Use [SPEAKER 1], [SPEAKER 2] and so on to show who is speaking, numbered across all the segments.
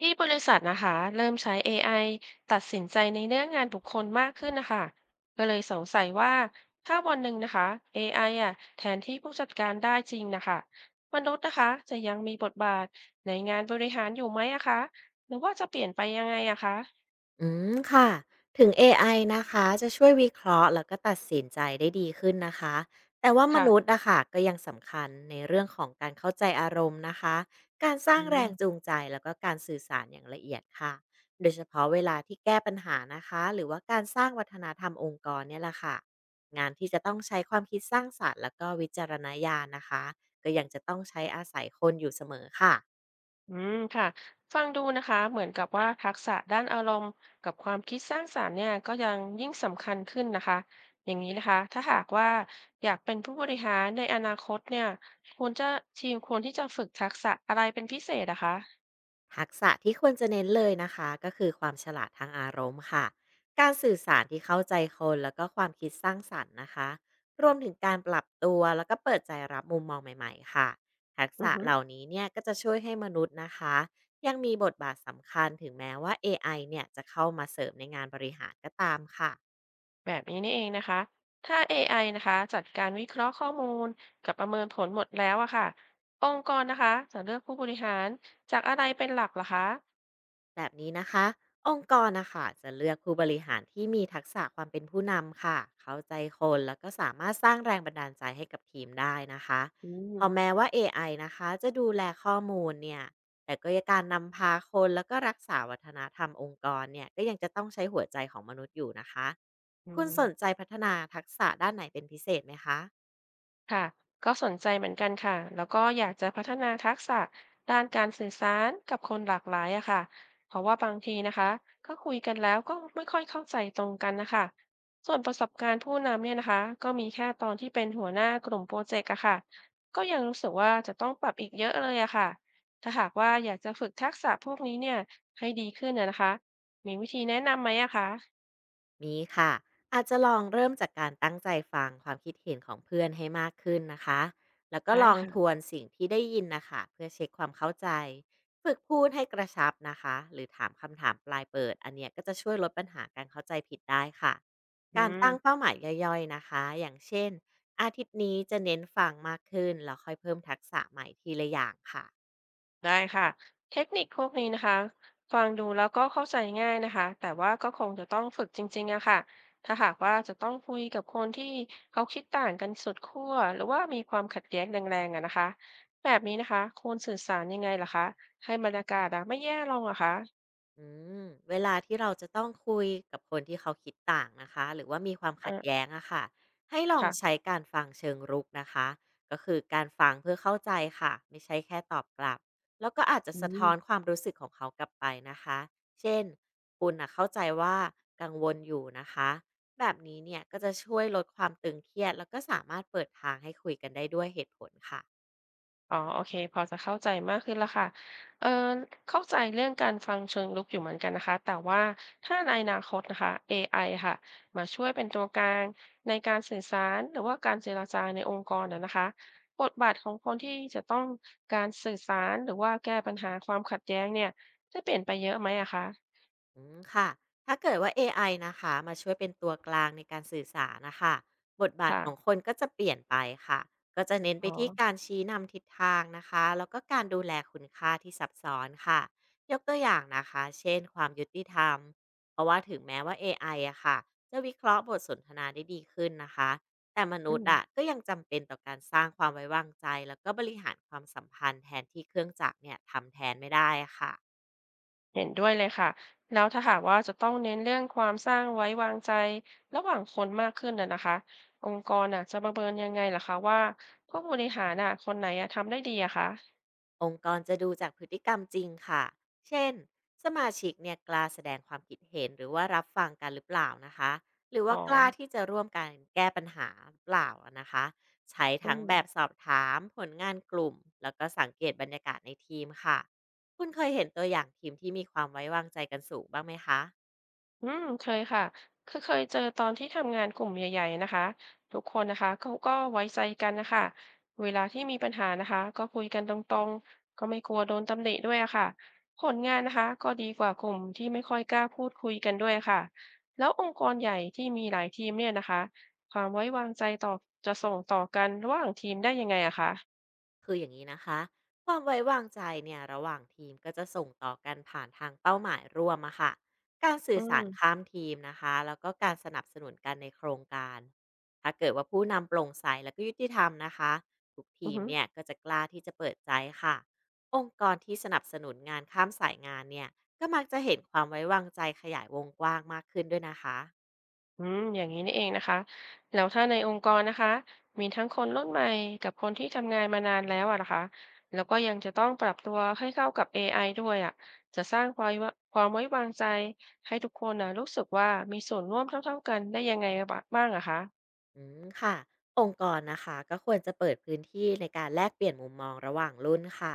[SPEAKER 1] ที่บริษัทนะคะเริ่มใช้ AI ตัดสินใจในเรื่องงานบุคคลมากขึ้นนะคะก็เลยสงสัยว่าถ้าวันหนึ่งนะคะ AI อไออ่ะแทนที่ผู้จัดการได้จริงนะคะมนุษย์นะคะจะยังมีบทบาทในงานบริหารอยู่ไหมอะคะหรือว่าจะเปลี่ยนไปยังไงอะคะ
[SPEAKER 2] อืมค่ะถึงเอไอนะคะจะช่วยวิเคราะห์แล้วก็ตัดสินใจได้ดีขึ้นนะคะแต่ว่ามนุษ
[SPEAKER 1] ค่ะ
[SPEAKER 2] ย์อะค่ะก็ยังสำคัญในเรื่องของการเข้าใจอารมณ์นะคะการสร้า
[SPEAKER 1] อื
[SPEAKER 2] งแรงจูง
[SPEAKER 1] ม
[SPEAKER 2] ใจแล้วก็การสื่อสารอย่างละเอียดค่ะโดยเฉพาะเวลาที่แก้ปัญหานะคะหรือว่าการสร้างวัฒนธรรมองค์กรเนี่ยแหละค่ะงานที่จะต้องใช้ความคิดสร้างสรรค์แล้วก็วิจารณญาณนะคะก็ยังจะต้องใช้อาศัยคนอยู่เสมอค่ะ
[SPEAKER 1] อืมค่ะฟังดูนะคะเหมือนกับว่าทักษะด้านอารมณ์กับความคิดสร้างสรรค์เนี่ยก็ยังยิ่งสำคัญขึ้นนะคะอย่างนี้นะคะถ้าหากว่าอยากเป็นผู้บริหารในอนาคตเนี่ยควรจะทีมควรที่จะฝึกทักษะอะไรเป็นพิเศษนะคะ
[SPEAKER 2] ทักษะที่ควรจะเน้นเลยนะคะก็คือความฉลาดทางอารมณ์ค่ะการสื่อสารที่เข้าใจคนแล้วก็ความคิดสร้างสรรค์นะคะรวมถึงการปรับตัวแล้วก็เปิดใจรับมุมมองใหม่ๆค่ะทัก
[SPEAKER 1] อือ
[SPEAKER 2] ษะ
[SPEAKER 1] ฮึ
[SPEAKER 2] เหล่านี้เนี่ยก็จะช่วยให้มนุษย์นะคะยังมีบทบาทสำคัญถึงแม้ว่า AI เนี่ยจะเข้ามาเสริมในงานบริหารก็ตามค่ะ
[SPEAKER 1] แบบนี้นี่เองนะคะถ้า AI นะคะจัดการวิเคราะห์ข้อมูลกับประเมินผลหมดแล้วอะค่ะองค์กรนะคะจะเลือกผู้บริหารจากอะไรเป็นหลักลหรอคะ
[SPEAKER 2] แบบนี้นะคะองค์กรนะคะจะเลือกผู้บริหารที่มีทักษะความเป็นผู้นำค่ะเข้าใจคนแล้วก็สามารถสร้างแรงบันดาลใจให้กับทีมได้นะคะ
[SPEAKER 1] อืม
[SPEAKER 2] เพอแม้ว่า AI นะคะจะดูแลข้อมูลเนี่ยแต่ก็ยังการนำพาคนแล้วก็รักษาวัฒนธรรมองค์กรเนี่ยก็ยังจะต้องใช้หัวใจของมนุษย์อยู่นะคะ
[SPEAKER 1] อื
[SPEAKER 2] คุณส
[SPEAKER 1] ม
[SPEAKER 2] นใจพัฒนาทักษะด้านไหนเป็นพิเศษไหมคะ
[SPEAKER 1] ค่ะก็สนใจเหมือนกันค่ะแล้วก็อยากจะพัฒนาทักษะด้านการสื่อสารกับคนหลากหลายอะค่ะเพราะว่าบางทีนะคะก็คุยกันแล้วก็ไม่ค่อยเข้าใจตรงกันนะคะส่วนประสบการณ์ผู้นำเนี่ยนะคะก็มีแค่ตอนที่เป็นหัวหน้ากลุ่มโปรเจกต์อะค่ะก็ยังรู้สึกว่าจะต้องปรับอีกเยอะเลยอะค่ะถ้าหากว่าอยากจะฝึกทักษะพวกนี้เนี่ยให้ดีขึ้นนะคะมีวิธีแนะนำไหมอะคะ
[SPEAKER 2] มีค่ะอาจจะลองเริ่มจากการตั้งใจฟังความคิดเห็นของเพื่อนให้มากขึ้นนะคะแล้วก็
[SPEAKER 1] ได้
[SPEAKER 2] ลองท
[SPEAKER 1] ค่ะ
[SPEAKER 2] วนสิ่งที่ได้ยินนะคะเพื่อเช็คความเข้าใจฝึกพูดให้กระชับนะคะหรือถามคำถามปลายเปิดอันเนี้ยก็จะช่วยลดปัญหาการเข้าใจผิดได้ค่ะ
[SPEAKER 1] อื
[SPEAKER 2] การตั้ง
[SPEAKER 1] ม
[SPEAKER 2] เป้าหมายย่อยๆนะคะอย่างเช่นอาทิตย์นี้จะเน้นฟังมากขึ้นแล้วค่อยเพิ่มทักษะใหม่ทีละอย่างค่ะ
[SPEAKER 1] ได้ค่ะเทคนิคพวกนี้นะคะฟังดูแล้วก็เข้าใจง่ายนะคะแต่ว่าก็คงจะต้องฝึกจริงๆอะค่ะถ้าหากว่าจะต้องคุยกับคนที่เขาคิดต่างกันสุดขั้วหรือว่ามีความขัดแย้งแรงๆอะนะคะแบบนี้นะคะควรสื่อสารยังไงล่ะคะให้บรรยากาศอะไม่แย่ลงอะคะ
[SPEAKER 2] อืมเวลาที่เราจะต้องคุยกับคนที่เขาคิดต่างนะคะหรือว่ามีความขัด
[SPEAKER 1] อ่า
[SPEAKER 2] แย้งอะค่ะให้ลองใช้
[SPEAKER 1] ค่ะ
[SPEAKER 2] การฟังเชิงรุกนะคะก็คือการฟังเพื่อเข้าใจค่ะไม่ใช่แค่ตอบกลับแล้วก็อาจจะ
[SPEAKER 1] อื
[SPEAKER 2] สะ
[SPEAKER 1] ม
[SPEAKER 2] ท้อนความรู้สึกของเขากลับไปนะคะเช่นคุณนะเข้าใจว่ากังวลอยู่นะคะแบบนี้เนี่ยก็จะช่วยลดความตึงเครียดแล้วก็สามารถเปิดทางให้คุยกันได้ด้วยเหตุผลค่ะ
[SPEAKER 1] อ๋อโอเคพอจะเข้าใจมากขึ้นแล้วค่ะเอ่อเข้าใจเรื่องการฟังเชิงลึกอยู่เหมือนกันนะคะแต่ว่าถ้าในอนาคตนะคะ AI ค่ะมาช่วยเป็นตัวกลางในการสื่อสารหรือว่าการเจรจาในองค์กรนะคะบทบาทของคนที่จะต้องการสื่อสารหรือว่าแก้ปัญหาความขัดแย้งเนี่ยจะเปลี่ยนไปเยอะไหมอะคะ
[SPEAKER 2] อืมค่ะถ้าเกิดว่า AI นะคะมาช่วยเป็นตัวกลางในการสื่อสารนะคะบทบาทของค
[SPEAKER 1] ค่ะ
[SPEAKER 2] นก็จะเปลี่ยนไปค่ะก็จะเน้นไป
[SPEAKER 1] อ๋อ
[SPEAKER 2] ที่การชี้นำทิศทางนะคะแล้วก็การดูแลคุณค่าที่ซับซ้อนค่ะ ยกตัวอย่างนะคะเช่นความยุติธรรมเพราะว่าถึงแม้ว่า AI อไออะค่ะจะวิเคราะห์บทสนทนาได้ดีขึ้นนะคะแต่มนุ
[SPEAKER 1] อื
[SPEAKER 2] ษย์
[SPEAKER 1] ม
[SPEAKER 2] อะก็ยังจำเป็นต่อการสร้างความไว้วางใจแล้วก็บริหารความสัมพันธ์แทนที่เครื่องจักรเนี่ยทำแทนไม่ได้ค่ะ
[SPEAKER 1] เห็นด้วยเลยค่ะแล้วถ้าหากว่าจะต้องเน้นเรื่องความสร้างไว้วางใจระหว่างคนมากขึ้นนะคะองค์กรน่ะจะประเมินยังไงล่ะคะว่าผู้บริหารน่ะคนไหนอะทำได้ดีอะคะ
[SPEAKER 2] องค์กรจะดูจากพฤติกรรมจริงค่ะเช่นสมาชิกเนี่ยกล้าแสดงความคิดเห็นหรือว่ารับฟังกันหรือเปล่านะคะหรือ
[SPEAKER 1] อ๋
[SPEAKER 2] ว่า
[SPEAKER 1] อ
[SPEAKER 2] กล้าที่จะร่วมกันแก้ปัญหาหรือเปล่าอะนะคะใช้
[SPEAKER 1] อื
[SPEAKER 2] ทั้ง
[SPEAKER 1] ม
[SPEAKER 2] แบบสอบถามผลงานกลุ่มแล้วก็สังเกตบรรยากาศในทีมค่ะคุณเคยเห็นตัวอย่างทีมที่มีความไว้วางใจกันสูงบ้างไหมคะ
[SPEAKER 1] อืมเคยค่ะคือเคยเจอตอนที่ทำงานกลุ่มใหญ่ๆนะคะทุกคนนะคะเขาก็ไว้ใจกันนะคะเวลาที่มีปัญหานะคะก็คุยกันตรงๆก็ไม่กลัวโดนตำหนิด้วยอะค่ะผลงานนะคะก็ดีกว่ากลุ่มที่ไม่ค่อยกล้าพูดคุยกันด้วยค่ะแล้วองค์กรใหญ่ที่มีหลายทีมเนี่ยนะคะความไว้วางใจต่อจะส่งต่อกันระหว่างทีมได้ยังไงอะคะ
[SPEAKER 2] คืออย่างนี้นะคะความไว้วางใจเนี่ยระหว่างทีมก็จะส่งต่อกันผ่านทางเป้าหมายร่วมอะค่ะการสื่
[SPEAKER 1] อื
[SPEAKER 2] อสารข้า
[SPEAKER 1] ม
[SPEAKER 2] มทีมนะคะแล้วก็การสนับสนุนกันในโครงการถ้าเกิดว่าผู้นำโปร่งใสแล้วก็ยุติธรรมนะคะทุก
[SPEAKER 1] อื
[SPEAKER 2] ที
[SPEAKER 1] อ
[SPEAKER 2] ม
[SPEAKER 1] ฮึ
[SPEAKER 2] เนี่ยก็จะกล้าที่จะเปิดใจค่ะองค์กรที่สนับสนุนงานข้ามสายงานเนี่ยก็มักจะเห็นความไว้วางใจขยายวงกว้างมากขึ้นด้วยนะคะ
[SPEAKER 1] อืมอย่างนี้นี่เองนะคะแล้วถ้าในองค์กรนะคะมีทั้งคนรุ่นใหม่กับคนที่ทำงานมานานแล้วอะนะคะแล้วก็ยังจะต้องปรับตัวให้เข้ากับ AI ด้วยอะจะสร้างความไว้ความไว้วางใจให้ทุกคนนะรู้สึกว่ามีส่วนร่วมเท่าๆกันได้ยังไงบ้างอะคะ
[SPEAKER 2] อืมค่ะองค์กรนะคะก็ควรจะเปิดพื้นที่ในการแลกเปลี่ยนมุมมองระหว่างรุ่นค่ะ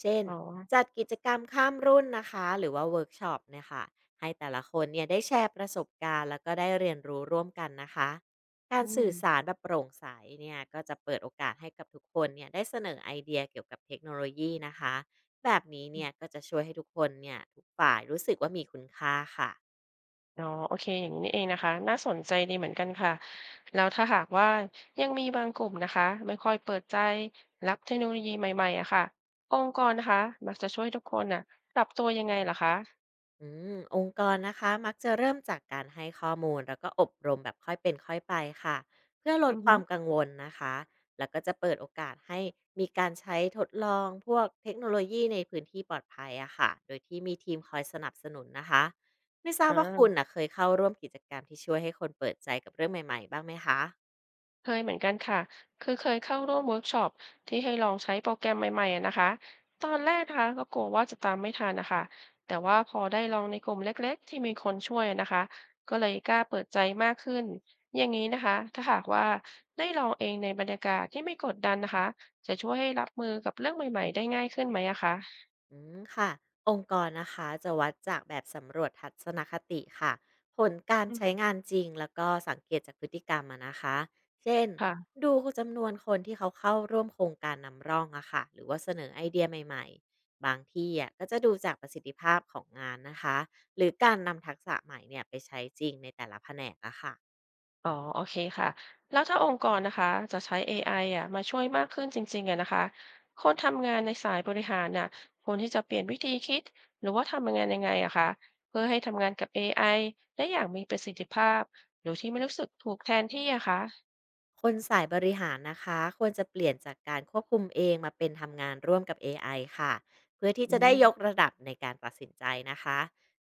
[SPEAKER 2] เช่น
[SPEAKER 1] อ๋อ
[SPEAKER 2] จัดกิจกรรมข้ามรุ่นนะคะหรือว่าเวิร์กช็อปเนี่ยค่ะให้แต่ละคนเนี่ยได้แชร์ประสบการณ์แล้วก็ได้เรียนรู้ร่วมกันนะคะการ
[SPEAKER 1] อื
[SPEAKER 2] สื่
[SPEAKER 1] ม
[SPEAKER 2] อสารแบบโปร่งใสเนี่ยก็จะเปิดโอกาสให้กับทุกคนเนี่ยได้เสนอไอเดียเกี่ยวกับเทคโนโลยีนะคะแบบนี้เนี่ยก็จะช่วยให้ทุกคนเนี่ยทุกฝ่ายรู้สึกว่ามีคุณค่าค่ะ
[SPEAKER 1] อ๋อโอเค อย่างนี้นี่เองนะคะ น่าสนใจดีเหมือนกันค่ะ แล้วถ้าหากว่ายังมีบางกลุ่มนะคะไม่ค่อยเปิดใจรับเทคโนโลยีใหม่ๆอะค่ะองค์กรนะคะมักจะช่วยทุกคนน่ะปรับตัวยังไงล่ะคะ
[SPEAKER 2] องค์กรนะคะมักจะเริ่มจากการให้ข้อมูลแล้วก็อบรมแบบค่อยเป็นค่อยไปค่ะเพื่อลด
[SPEAKER 1] อือ
[SPEAKER 2] ค
[SPEAKER 1] ฮึ
[SPEAKER 2] วามกังวลนะคะแล้วก็จะเปิดโอกาสให้มีการใช้ทดลองพวกเทคโนโลยีในพื้นที่ปลอดภัยอะค่ะโดยที่มีทีมคอยสนับสนุนนะคะไม่ทราบ
[SPEAKER 1] อ่
[SPEAKER 2] ว่าคุณ
[SPEAKER 1] า
[SPEAKER 2] นะเคยเข้าร่วมกิจกรรมที่ช่วยให้คนเปิดใจกับเรื่องใหม่ๆบ้างไหมคะ
[SPEAKER 1] เคยเหมือนกันค่ะคือเคยเข้าร่วมเวิร์กช็อปที่ให้ลองใช้โปรแกรมใหม่ๆอะนะคะตอนแรกนะคะก็กลัวว่าจะตามไม่ทันนะคะแต่ว่าพอได้ลองในกลุ่มเล็กๆที่มีคนช่วยอะนะคะก็เลยกล้าเปิดใจมากขึ้นอย่างนี้นะคะถ้าหากว่าได้ลองเองในบรรยากาศที่ไม่กดดันนะคะจะช่วยให้รับมือกับเรื่องใหม่ๆได้ง่ายขึ้นไหมอะคะ
[SPEAKER 2] ค่ะองค์กรนะคะจะวัดจากแบบสำรวจทัศนคติค่ะผลการ
[SPEAKER 1] อื
[SPEAKER 2] ใช้
[SPEAKER 1] ม
[SPEAKER 2] งานจริงแล้วก็สังเกตจากพฤติกรรมอะนะคะเช่น
[SPEAKER 1] ค่ะ
[SPEAKER 2] ดูจำนวนคนที่เขาเข้าร่วมโครงการนำร่องอะค่ะหรือว่าเสนอไอเดียใหม่ๆบางที่อะก็จะดูจากประสิทธิภาพของงานนะคะหรือการนำทักษะใหม่เนี่ยไปใช้จริงในแต่ละแผนกอะค่ะ
[SPEAKER 1] อ๋อ โอเคค่ะ แล้วถ้าองค์กรนะคะจะใช้ AI อไออ่ะมาช่วยมากขึ้นจริงๆอะนะคะคนทำงานในสายบริหารน่ะควรที่จะเปลี่ยนวิธีคิดหรือว่าทำงานยังไงอะคะเพื่อให้ทำงานกับ AI ได้อย่างมีประสิทธิภาพหรือที่ไม่รู้สึกถูกแทนที่อะคะ
[SPEAKER 2] คนสายบริหารนะคะควรจะเปลี่ยนจากการควบคุมเองมาเป็นทำงานร่วมกับ AI ค่ะเพื่อที่
[SPEAKER 1] อื
[SPEAKER 2] จะได้ยก
[SPEAKER 1] ม
[SPEAKER 2] ระดับในการตัดสินใจนะคะ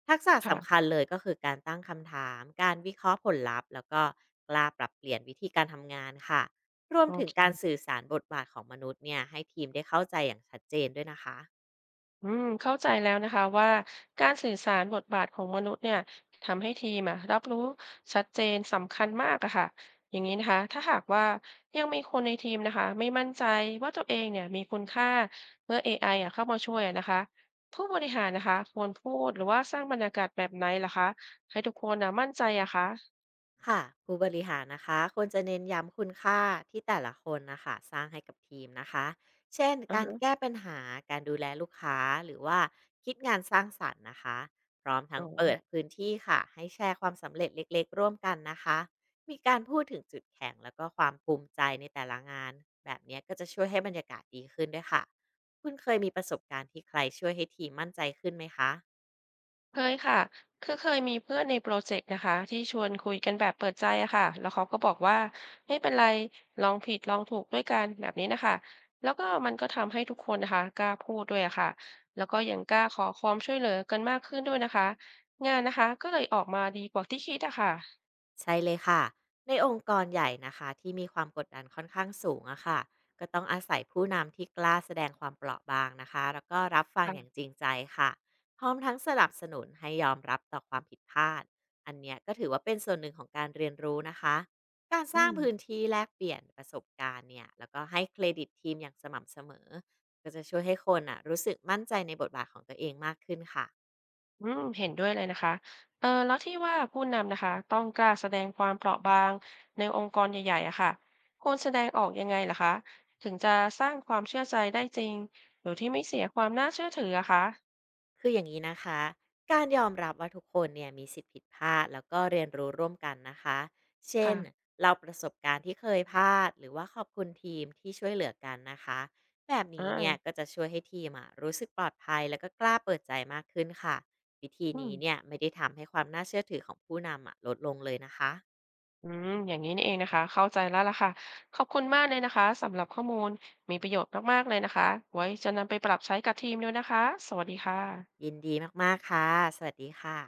[SPEAKER 2] ทักษะ
[SPEAKER 1] ค่ะ
[SPEAKER 2] สำคัญเลยก็คือการตั้งคำถามการวิเคราะห์ผลลัพธ์แล้วก็กล้าปรับเปลี่ยนวิธีการทำงานค่ะรวม
[SPEAKER 1] โอ
[SPEAKER 2] ถึง
[SPEAKER 1] เค
[SPEAKER 2] การสื่อสารบทบาทของมนุษย์เนี่ยให้ทีมได้เข้าใจอย่างชัดเจนด้วยนะคะ
[SPEAKER 1] อืมเข้าใจแล้วนะคะว่าการสื่อสารบทบาทของมนุษย์เนี่ยทำให้ทีมอะรับรู้ชัดเจนสำคัญมากอะค่ะอย่างนี้นะคะถ้าหากว่ายังมีคนในทีมนะคะไม่มั่นใจว่าตัวเองเนี่ยมีคุณค่าเมื่อ AI อไออะเข้ามาช่วยอะนะคะผู้บริหารนะคะควรพูดหรือว่าสร้างบรรยากาศแบบไหนล่ะคะให้ทุกคนนะมั่นใจอะคะ
[SPEAKER 2] ค่ะผู้บริหารนะคะควรจะเน้นย้ำคุณค่าที่แต่ละคนนะคะสร้างให้กับทีมนะคะเช่น
[SPEAKER 1] อือ
[SPEAKER 2] การ
[SPEAKER 1] ฮะ
[SPEAKER 2] แก้ปัญหาการดูแลลูกค้าหรือว่าคิดงานสร้างสรรค์นะคะพร้อมทั้
[SPEAKER 1] อ๋
[SPEAKER 2] ง
[SPEAKER 1] อ
[SPEAKER 2] เปิดพื้นที่ค่ะให้แชร์ความสำเร็จเล็กๆร่วมกันนะคะมีการพูดถึงจุดแข็งแล้วก็ความภูมิใจในแต่ละงานแบบเนี้ยก็จะช่วยให้บรรยากาศดีขึ้นด้วยค่ะคุณเคยมีประสบการณ์ที่ใครช่วยให้ทีมมั่นใจขึ้นไหมคะ
[SPEAKER 1] เคยค่ะคือเคยมีเพื่อนในโปรเจกต์นะคะที่ชวนคุยกันแบบเปิดใจอะค่ะแล้วเขาก็บอกว่าไม่เป็นไร ลองผิดลองถูกด้วยกันแบบนี้นะคะ แล้วก็มันก็ทำให้ทุกคนนะคะกล้าพูดด้วยอะค่ะแล้วก็ยังกล้าขอความช่วยเหลือกันมากขึ้นด้วยนะคะ งานนะคะก็เลยออกมาดีกว่าที่คิดอะค่ะ
[SPEAKER 2] ใช่เลยค่ะในองค์กรใหญ่นะคะที่มีความกดดันค่อนข้างสูงอะค่ะก็ต้องอาศัยผู้นำที่กล้าแสดงความเปราะบางนะคะแล้วก็รับฟังอย่างจ
[SPEAKER 1] ค่ะ
[SPEAKER 2] ริงใจค่ะพร้อมทั้งสนับสนุนให้ยอมรับต่อความผิดพลาดอันเนี้ยก็ถือว่าเป็นส่วนหนึ่งของการเรียนรู้นะคะการส
[SPEAKER 1] อื
[SPEAKER 2] ร้าง
[SPEAKER 1] ม
[SPEAKER 2] พื้นที่แลกเปลี่ยนประสบการณ์เนี่ยแล้วก็ให้เครดิตทีมอย่างสม่ำเสมอก็จะช่วยให้คนอะรู้สึกมั่นใจในบทบาทของตัวเองมากขึ้นค่ะ
[SPEAKER 1] อืมเห็นด้วยเลยนะคะเออแล้วที่ว่าผู้นำนะคะต้องกล้าแสดงความเปราะบางในองค์กรใหญ่ๆอะค่ะควรแสดงออกยังไงล่ะคะถึงจะสร้างความเชื่อใจได้จริงโดยที่ไม่เสียความน่าเชื่อถืออะคะ
[SPEAKER 2] คืออย่างนี้นะคะการยอมรับว่าทุกคนเนี่ยมีสิทธิผิดพลาดแล้วก็เรียนรู้ร่วมกันนะคะเช่น
[SPEAKER 1] ค่ะ
[SPEAKER 2] เราประสบการณ์ที่เคยพลาดหรือว่าขอบคุณทีมที่ช่วยเหลือกันนะคะแบบ
[SPEAKER 1] อ
[SPEAKER 2] นี้เนี่ยก็
[SPEAKER 1] ่า
[SPEAKER 2] จะช่วยให้ทีมอะรู้สึกปลอดภัยแล้วก็กล้าเปิดใจมากขึ้นค่ะวิธี
[SPEAKER 1] อืม
[SPEAKER 2] นี้เนี่ยไม่ได้ทำให้ความน่าเชื่อถือของผู้นำอะลดลงเลยนะคะ
[SPEAKER 1] อืมอย่างนี้นี่เองนะคะเข้าใจแล้วล่ะค่ะขอบคุณมากเลยนะคะสำหรับข้อมูลมีประโยชน์มากๆเลยนะคะไว้จะนำไปปรับใช้กับทีมด้วยนะคะ สวัสดีค่ะ
[SPEAKER 2] ยินดีมากๆค่ะสวัสดีค่ะ